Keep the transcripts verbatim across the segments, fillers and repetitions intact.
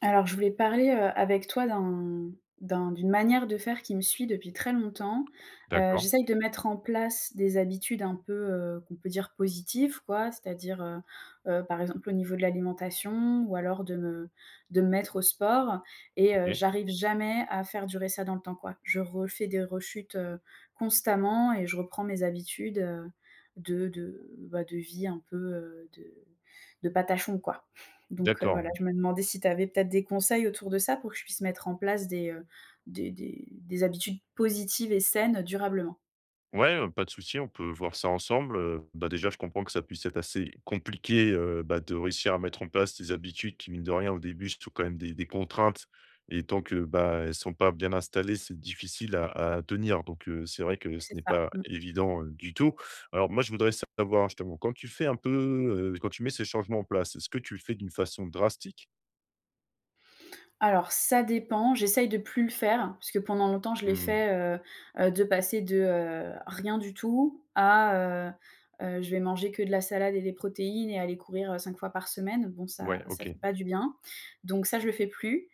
Alors, je voulais parler, heu, avec toi d'un d'un d'une manière de faire qui me suit depuis très longtemps. Heu, D'accord, J'essaye de mettre en place des habitudes un peu, heu, qu'on peut dire positives, quoi. C'est-à-dire, heu heu, par exemple, au niveau de l'alimentation ou alors de me de me mettre au sport et heu, OK. j'arrive jamais à faire durer ça dans le temps, quoi. Je refais des rechutes, heu, constamment et je reprends mes habitudes, heu, de de, bah, de vie un peu, heu, de de patachon, quoi. Donc heu, D'accord, voilà, ouais. je me demandais si tu avais peut-être des conseils autour de ça pour que je puisse mettre en place des, heu, des des des habitudes positives et saines durablement. Ouais, pas de souci, on peut voir ça ensemble, heu, bah, déjà, je comprends que ça puisse être assez compliqué, heu, bah, de réussir à mettre en place des habitudes qui, mine de rien, au début, sont quand même des des contraintes et tant que, bah, elles sont pas bien installées, c'est difficile à à tenir donc heu, c'est vrai que ce C'est n'est ça, pas mmh. évident, heu, du tout. Alors moi, je voudrais savoir, justement, quand tu fais un peu, heu, quand tu mets ces changements en place, est-ce que tu le fais d'une façon drastique? Alors ça dépend, j'essaye de plus le faire parce que pendant longtemps je l'ai Mmh, fait, heu heu, de passer de, heu, rien du tout à, heu heu, je vais manger que de la salade et des protéines et aller courir, heu, cinq fois par semaine. Bon ça ouais, ça OK. fait pas du bien. Donc ça je le fais plus.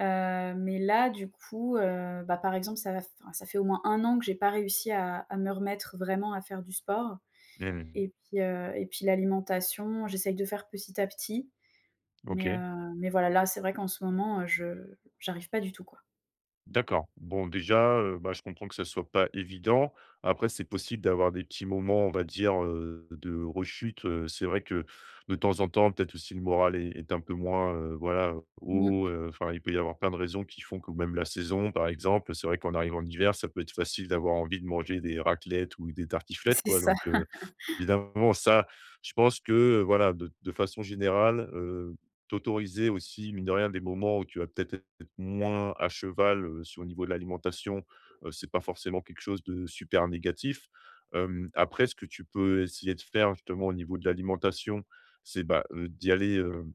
Heu, mais là, du coup, heu, bah, par exemple, ça va f enfin, ça fait au moins un an que j'ai pas réussi à à me remettre vraiment à faire du sport Mmh. et puis, heu et puis l'alimentation, j'essaye de faire petit à petit, mais, OK. heu, mais voilà, là, c'est vrai qu'en ce moment, heu, je j'arrive pas du tout, quoi. D'accord. Bon, déjà, heu, bah, je comprends que ça soit pas évident. Après, c'est possible d'avoir des petits moments, on va dire, heu, de rechute, heu, c'est vrai que de temps en temps, peut-être aussi le moral est est un peu moins, heu, voilà, Mmh, haut, heu, enfin, il peut y avoir plein de raisons qui font que même la saison, par exemple, c'est vrai qu'en arrivant en hiver, ça peut être facile d'avoir envie de manger des raclettes ou des tartiflettes, c'est quoi, ça. donc heu. Évidemment, ça, je pense que, heu, voilà, de de façon générale, heu, t'autoriser aussi, mine de rien, des moments où tu vas peut-être être moins à cheval, heu, sur le niveau de l'alimentation, heu, c'est pas forcément quelque chose de super négatif. Hem, après, ce que tu peux essayer de faire, justement, au niveau de l'alimentation, c'est, bah, heu, d'y aller, heu,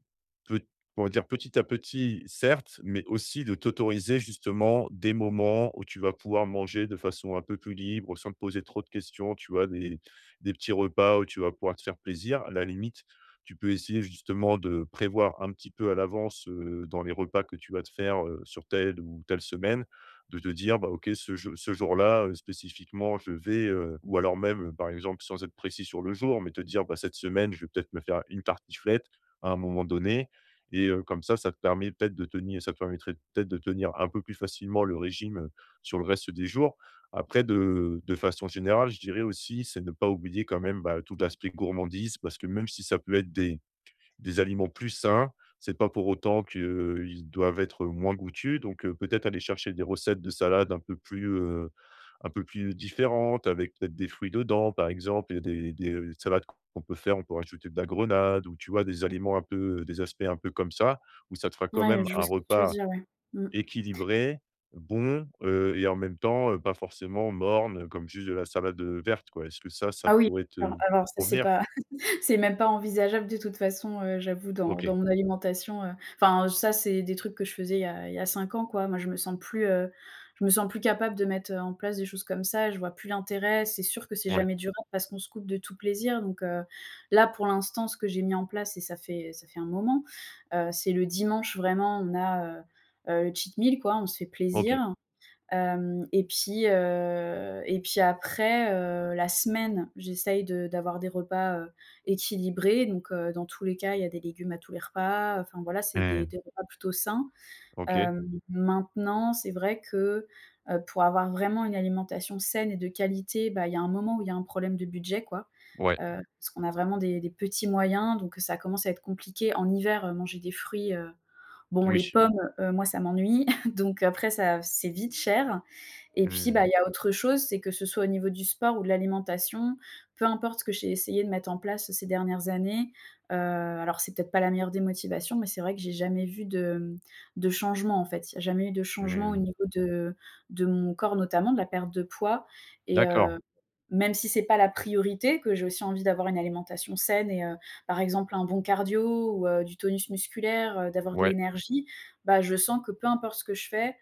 peut comment dire? Petit à petit, certes, mais aussi de t'autoriser, justement, des moments où tu vas pouvoir manger de façon un peu plus libre, sans te poser trop de questions, tu vois? Des des petits repas où tu vas pouvoir te faire plaisir. À la limite, tu peux essayer justement de prévoir un petit peu à l'avance, heu, dans les repas que tu vas te faire, heu, sur telle ou telle semaine, de te dire: «Bah, OK, ce jou ce jour-là, heu, spécifiquement, je vais, heu» ou alors même, euh, par exemple, sans être précis sur le jour, mais te dire: «Bah, cette semaine, je vais peut-être me faire une tartiflette à un moment donné» et heu, comme ça, ça te permet peut-être de tenir ça te permettrait peut-être de tenir un peu plus facilement le régime, heu, sur le reste des jours. Après de de façon générale, je dirais aussi, c'est ne pas oublier quand même, bah, tout l'aspect gourmandise parce que même si ça peut être des des aliments plus sains, c'est pas pour autant qu'ils doivent être moins goûtus donc heu, peut-être aller chercher des recettes de salade un peu plus, heu, un peu plus différentes avec peut-être des fruits dedans par exemple. Il y a des des, salades qu'on peut faire, on peut rajouter de la grenade ou tu vois? Des aliments un peu, des aspects un peu comme ça, où ça te fera quand Ouais, même je vois un ce que tu veux repas dire, ouais. Mmh. équilibré, bon, heu et en même temps, heu, pas forcément morne, comme juste de la salade, heu, verte, quoi. Est-ce que ça, ça Ah oui, pourrait alors te alors ça, c'est convenir? pas. C'est même pas envisageable de toute façon, heu, j'avoue dans OK, dans mon alimentation, heu, enfin ça c'est des trucs que je faisais il y a il y a cinq ans quoi. Moi je me sens plus, heu, je me sens plus capable de mettre, heu, en place des choses comme ça, je vois plus l'intérêt. C'est sûr que c'est ouais, jamais durable parce qu'on se coupe de tout plaisir donc heu, là pour l'instant ce que j'ai mis en place et ça fait ça fait un moment, heu, c'est le dimanche vraiment on a, heu heu, le cheat meal quoi, on se fait OK. plaisir. Hem et puis, heu et puis après, heu, la semaine, j'essaye de d'avoir des repas, heu, équilibrés. Donc, heu, dans tous les cas, il y a des légumes à tous les repas. Enfin voilà, c'est des Mmh. des repas plutôt sains. OK, Hem, maintenant, c'est vrai que, heu, pour avoir vraiment une alimentation saine et de qualité, bah, il y a un moment où il y a un problème de budget, quoi. ouais, Heu, parce qu'on a vraiment des des petits moyens, donc ça commence à être compliqué. En hiver, heu, manger des fruits, heu, bon les oui. pommes, heu, moi ça m'ennuie, donc après ça c'est vite cher. Et puis, Mmh, bah, il y a autre chose, c'est que ce soit au niveau du sport ou de l'alimentation, peu importe ce que j'ai essayé de mettre en place ces dernières années, heu, alors c'est peut-être pas la meilleure des motivations, mais c'est vrai que j'ai jamais vu de, mmh, de changement, en fait. Il y a jamais eu de changement au mmh. niveau de de mon corps, notamment de la perte de poids et heu, D'accord. même si c'est pas la priorité, que j'ai aussi envie d'avoir une alimentation saine et heu, par exemple un bon cardio ou heu, du tonus musculaire, heu, d'avoir de Ouais, l'énergie, bah, je sens que peu importe ce que je fais,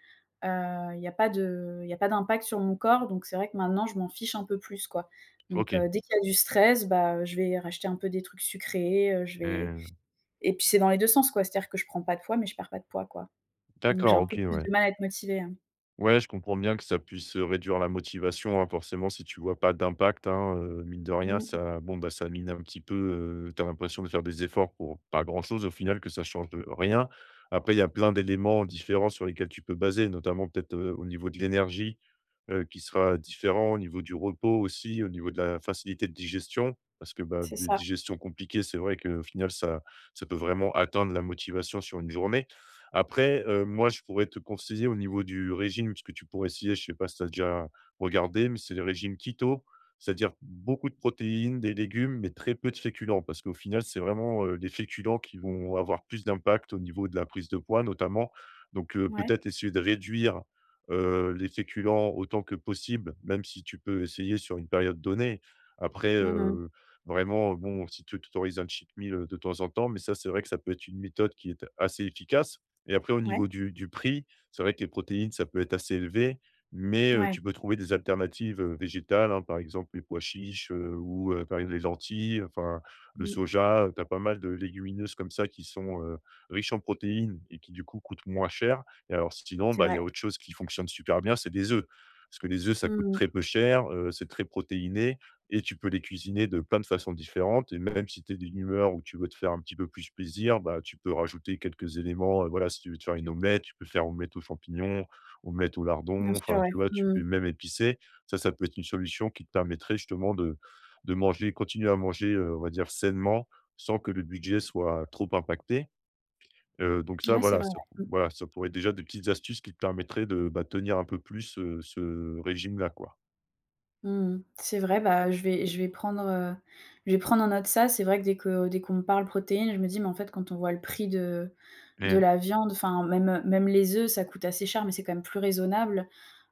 Heu, il y a pas de il y a pas d'impact sur mon corps, donc c'est vrai que maintenant je m'en fiche un peu plus, quoi. Donc OK. heu, dès qu'il y a du stress, bah, je vais racheter un peu des trucs sucrés, heu, je vais Mmh. et puis c'est dans les deux sens, quoi. C'est-à-dire que je prends pas de poids, mais je perds pas de poids, quoi. Donc j'ai D'accord, un OK, peu plus ouais. de mal à être motivée, hein. Ouais, je comprends bien que ça puisse, heu, réduire la motivation, hein. Forcément, si tu vois pas d'impact, hein, heu, mine de rien, Mmh, ça bon, bah, ça mine un petit peu, heu, tu as l'impression de faire des efforts pour pas grand-chose au final, que ça change, de rien. Après, il y a plein d'éléments différents sur lesquels tu peux baser, notamment peut-être, heu, au niveau de l'énergie, heu, qui sera différent, au niveau du repos aussi, au niveau de la facilité de digestion. Parce que, bah, c'est des ça. digestions compliquées, c'est vrai qu'au final, ça ça peut vraiment atteindre la motivation sur une journée. Après, heu, moi, je pourrais te conseiller au niveau du régime, puisque tu pourrais essayer, je sais pas si tu as déjà regardé, mais c'est le régimes keto, c'est-à-dire beaucoup de protéines, des légumes, mais très peu de féculents. Parce qu'au final, c'est vraiment, heu, les féculents qui vont avoir plus d'impact au niveau de la prise de poids notamment. Donc, heu, Ouais. peut-être essayer de réduire, heu, les féculents autant que possible, même si tu peux essayer sur une période donnée. Après, Mmh. heu, vraiment, bon, si tu t'autorises un cheat meal, euh, de temps en temps, mais ça, c'est vrai que ça peut être une méthode qui est assez efficace. Et après au niveau Ouais, du du prix, c'est vrai que les protéines, ça peut être assez élevé, mais heu, ouais. tu peux trouver des alternatives, heu, végétales, hein, par exemple les pois chiches, heu, ou heu, par exemple les lentilles, enfin le Mmh. soja, heu, tu as pas mal de légumineuses comme ça qui sont, heu, riches en protéines et qui du coup coûtent moins cher et alors sinon, C'est bah, il vrai. y a autre chose qui fonctionne super bien, c'est des œufs. Parce que les œufs, ça coûte Mmh. très peu cher, heu, c'est très protéiné et tu peux les cuisiner de plein de façons différentes et même si tu es d'une humeur où tu veux te faire un petit peu plus plaisir, bah, tu peux rajouter quelques éléments, heu, voilà, si tu veux te faire une omelette, tu peux faire omelette aux champignons, omelette aux Bien lardons, sûr, enfin, ouais. tu vois? Tu Mmh. peux même épicer. Ça, ça peut être une solution qui te permettrait justement de de manger continuer à manger, heu, on va dire sainement, sans que le budget soit trop impacté, heu, donc ça, Ouais, c'est voilà, vrai, ça ouais. Mmh. voilà, ça pourrait être déjà des petites astuces qui te permettraient de, bah, tenir un peu plus, heu, ce régime-là, quoi. Mmh. C'est vrai, bah, je vais je vais prendre, heu, je vais prendre en note ça. C'est vrai que dès que dès qu'on me parle protéines, je me dis: «Mais en fait, quand on voit le prix de.» De Mmh. la viande, enfin même même les œufs, ça coûte assez cher, mais c'est quand même plus raisonnable.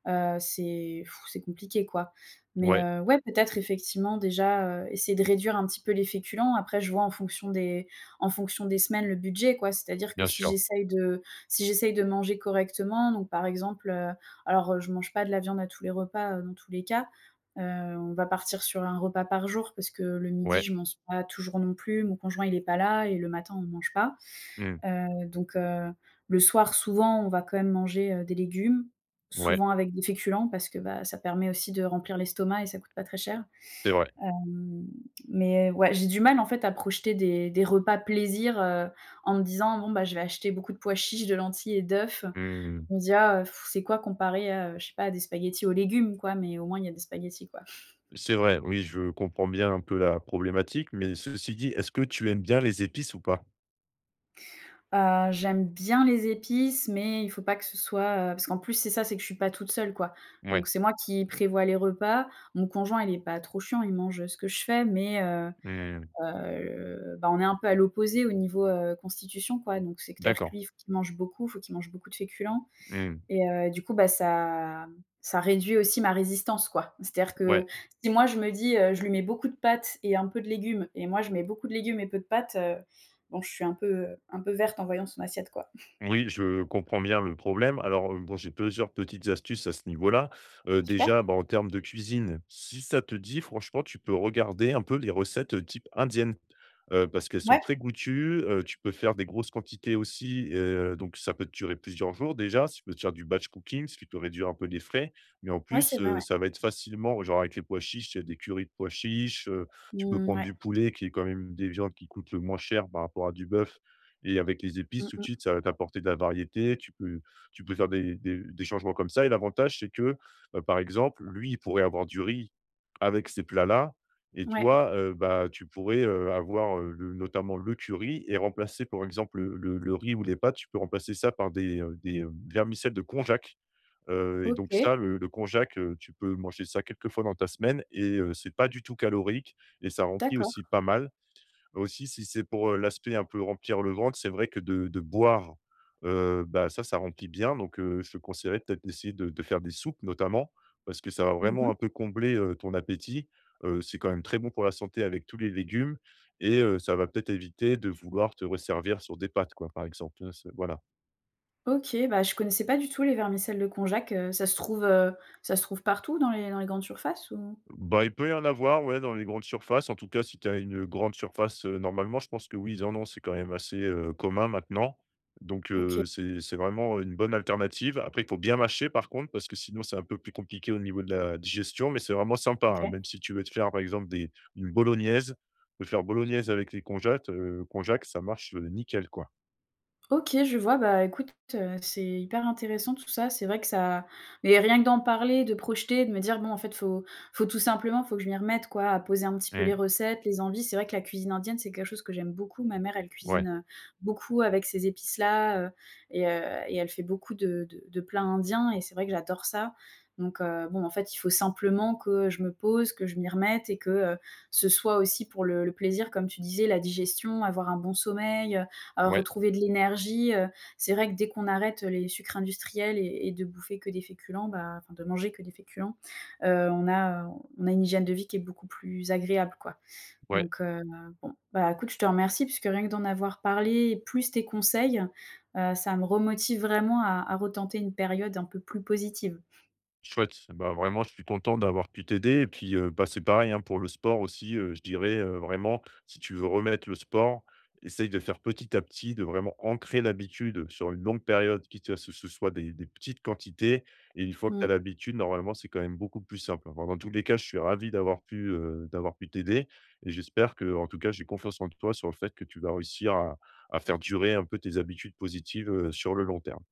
Heu, c'est pff, c'est compliqué quoi. Mais Ouais, heu, ouais, peut-être effectivement déjà, heu, essayer de réduire un petit peu les féculents. Après je vois en fonction des en fonction des semaines le budget quoi. C'est-à-dire que bien si sûr. j'essaye de si j'essaye de manger correctement, donc par exemple, heu, alors, heu, je mange pas de la viande à tous les repas, heu, dans tous les cas. Heu, on va partir sur un repas par jour parce que le midi Ouais. je mange pas toujours non plus. Mon conjoint il est pas là et le matin on mange pas. Mmh. Heu, donc heu, le soir, souvent, on va quand même manger, heu, des légumes, Ouais, souvent avec des féculents parce que, bah, ça permet aussi de remplir l'estomac et ça coûte pas très cher. c'est vrai. Hem, mais euh, ouais, j'ai du mal, en fait, à projeter des des repas plaisir, heu, en me disant: «Bon, bah, je vais acheter beaucoup de pois chiches, de lentilles et d'œufs». Mmh. Je me dis: «Ah, heu, c'est quoi comparé à, heu, je sais pas, à des spaghettis aux légumes, quoi?» mais au moins, il y a des spaghettis, quoi. C'est vrai, oui, je comprends bien un peu la problématique, mais ceci dit, est-ce que tu aimes bien les épices ou pas? Heu, j'aime bien les épices, mais il faut pas que ce soit, heu parce qu'en plus c'est ça, c'est que je suis pas toute seule, quoi. Donc Ouais, c'est moi qui prévois les repas. Mon conjoint, il est pas trop chiant, il mange, ce que je fais, mais heu mmh, heu, bah, on est un peu à l'opposé au niveau, heu, constitution, quoi. Donc c'est-à-dire que d'accord. lui, il faut qu'il mange beaucoup, faut qu'il mange beaucoup de féculents Mmh, et heu, du coup, bah, ça ça réduit aussi ma résistance, quoi. C'est-à-dire ouais. que si moi je me dis, heu, je lui mets beaucoup de pâtes et un peu de légumes et moi je mets beaucoup de légumes et peu de pâtes, heu, bon, je suis un peu, un peu verte en voyant son assiette, quoi. Oui, je comprends bien le problème. Alors, heu, bon, j'ai plusieurs petites astuces à ce niveau-là. Heu, Super. déjà, bah, en termes de cuisine, si ça te dit, franchement, tu peux regarder un peu les recettes, heu, type indienne, heu, parce qu'elles sont Ouais, très goûtues, heu, tu peux faire des grosses quantités aussi, heu, donc ça peut te durer plusieurs jours déjà. Si tu peux te faire du batch cooking, ce qui peut réduire un peu les frais, mais en ouais, c'est plus, vrai, heu, ouais. ça va être facilement genre avec les pois chiches, il y a des currys de pois chiches, heu, tu peux Mmh, prendre ouais. du poulet qui est quand même des viandes qui coûtent le moins cher par rapport à du bœuf et avec les épices, Mmh tout de mh. suite, ça va t'apporter de la variété. Tu peux tu peux faire des des des changements comme ça et l'avantage, c'est que, heu, par exemple, lui, il pourrait avoir du riz avec ces plats-là et Ouais. toi, heu, bah, tu pourrais, heu, avoir, heu, le notamment le curry et remplacer, par exemple, le le le riz ou les pâtes, tu peux remplacer ça par des, heu, des, heu, vermicelles de konjac, heu et donc OK, ça, le le konjac, heu, tu peux manger ça quelques fois dans ta semaine et heu, c'est pas du tout calorique et ça remplit d'accord. aussi pas mal. Aussi, si c'est pour, heu, l'aspect un peu remplir le ventre, c'est vrai que de de boire, heu, bah, ça, ça remplit bien donc heu, je te conseillerais peut-être d'essayer de de faire des soupes notamment, parce que ça va vraiment Mmh. un peu combler, heu, ton appétit. Heu, c'est quand même très bon pour la santé avec tous les légumes et heu, ça va peut-être éviter de vouloir te resservir sur des pâtes quoi, par exemple, heu, ce voilà. OK, bah, je connaissais pas du tout les vermicelles de konjac, heu, ça se trouve, heu, ça se trouve partout dans les dans les grandes surfaces ou? Bah, il peut y en avoir, ouais, dans les grandes surfaces. En tout cas, si tu as une grande surface, heu, normalement, je pense que oui, ils en ont. C'est quand même assez, heu, commun maintenant. Donc, OK, heu, c'est c'est vraiment une bonne alternative. Après, il faut bien mâcher par contre, parce que sinon c'est un peu plus compliqué au niveau de la digestion, mais c'est vraiment sympa, hein. OK. Même si tu veux te faire, par exemple, des une bolognaise, te faire bolognaise avec les conjates, heu, konjac, ça marche, heu, nickel, quoi. OK, je vois. Bah, écoute, heu, c'est hyper intéressant tout ça. C'est vrai que ça mais rien que d'en parler, de projeter, de me dire: «Bon, en fait, faut faut tout simplement, faut que je m'y remette, quoi, à poser un petit peu les Mmh. recettes, les envies». C'est vrai que la cuisine indienne, c'est quelque chose que j'aime beaucoup. Ma mère, elle Ouais, cuisine, heu, beaucoup avec ces épices-là, heu et heu et elle fait beaucoup de de de plats indiens et c'est vrai que j'adore ça. Donc heu, bon, en fait, il faut simplement que je me pose, que je m'y remette et que, heu, ce soit aussi pour le le plaisir, comme tu disais, la digestion, avoir un bon sommeil, heu, ouais, retrouver de l'énergie, heu. C'est vrai que dès qu'on arrête les sucres industriels et et de bouffer que des féculents, bah, enfin de manger que des féculents, heu, on a, heu, on a une hygiène de vie qui est beaucoup plus agréable, quoi. ouais. Donc, heu, bon, bah, écoute, je te remercie puisque rien que d'en avoir parlé, et plus tes conseils, heu, ça me remotive vraiment à à retenter une période un peu plus positive. Chouette, bah, vraiment, je suis content d'avoir pu t'aider et puis, heu, bah, c'est pareil, hein, pour le sport aussi, heu, je dirais, heu, vraiment, si tu veux remettre le sport, essaye de faire petit à petit, de vraiment ancrer l'habitude sur une longue période, quitte à ce que ce soit des des petites quantités et une fois que tu as Mmh. l'habitude, normalement, c'est quand même beaucoup plus simple. Bon, dans tous les cas, je suis ravi d'avoir pu, heu, d'avoir pu t'aider et j'espère que, en tout cas, j'ai confiance en toi sur le fait que tu vas réussir à à faire durer un peu tes habitudes positives, heu, sur le long terme.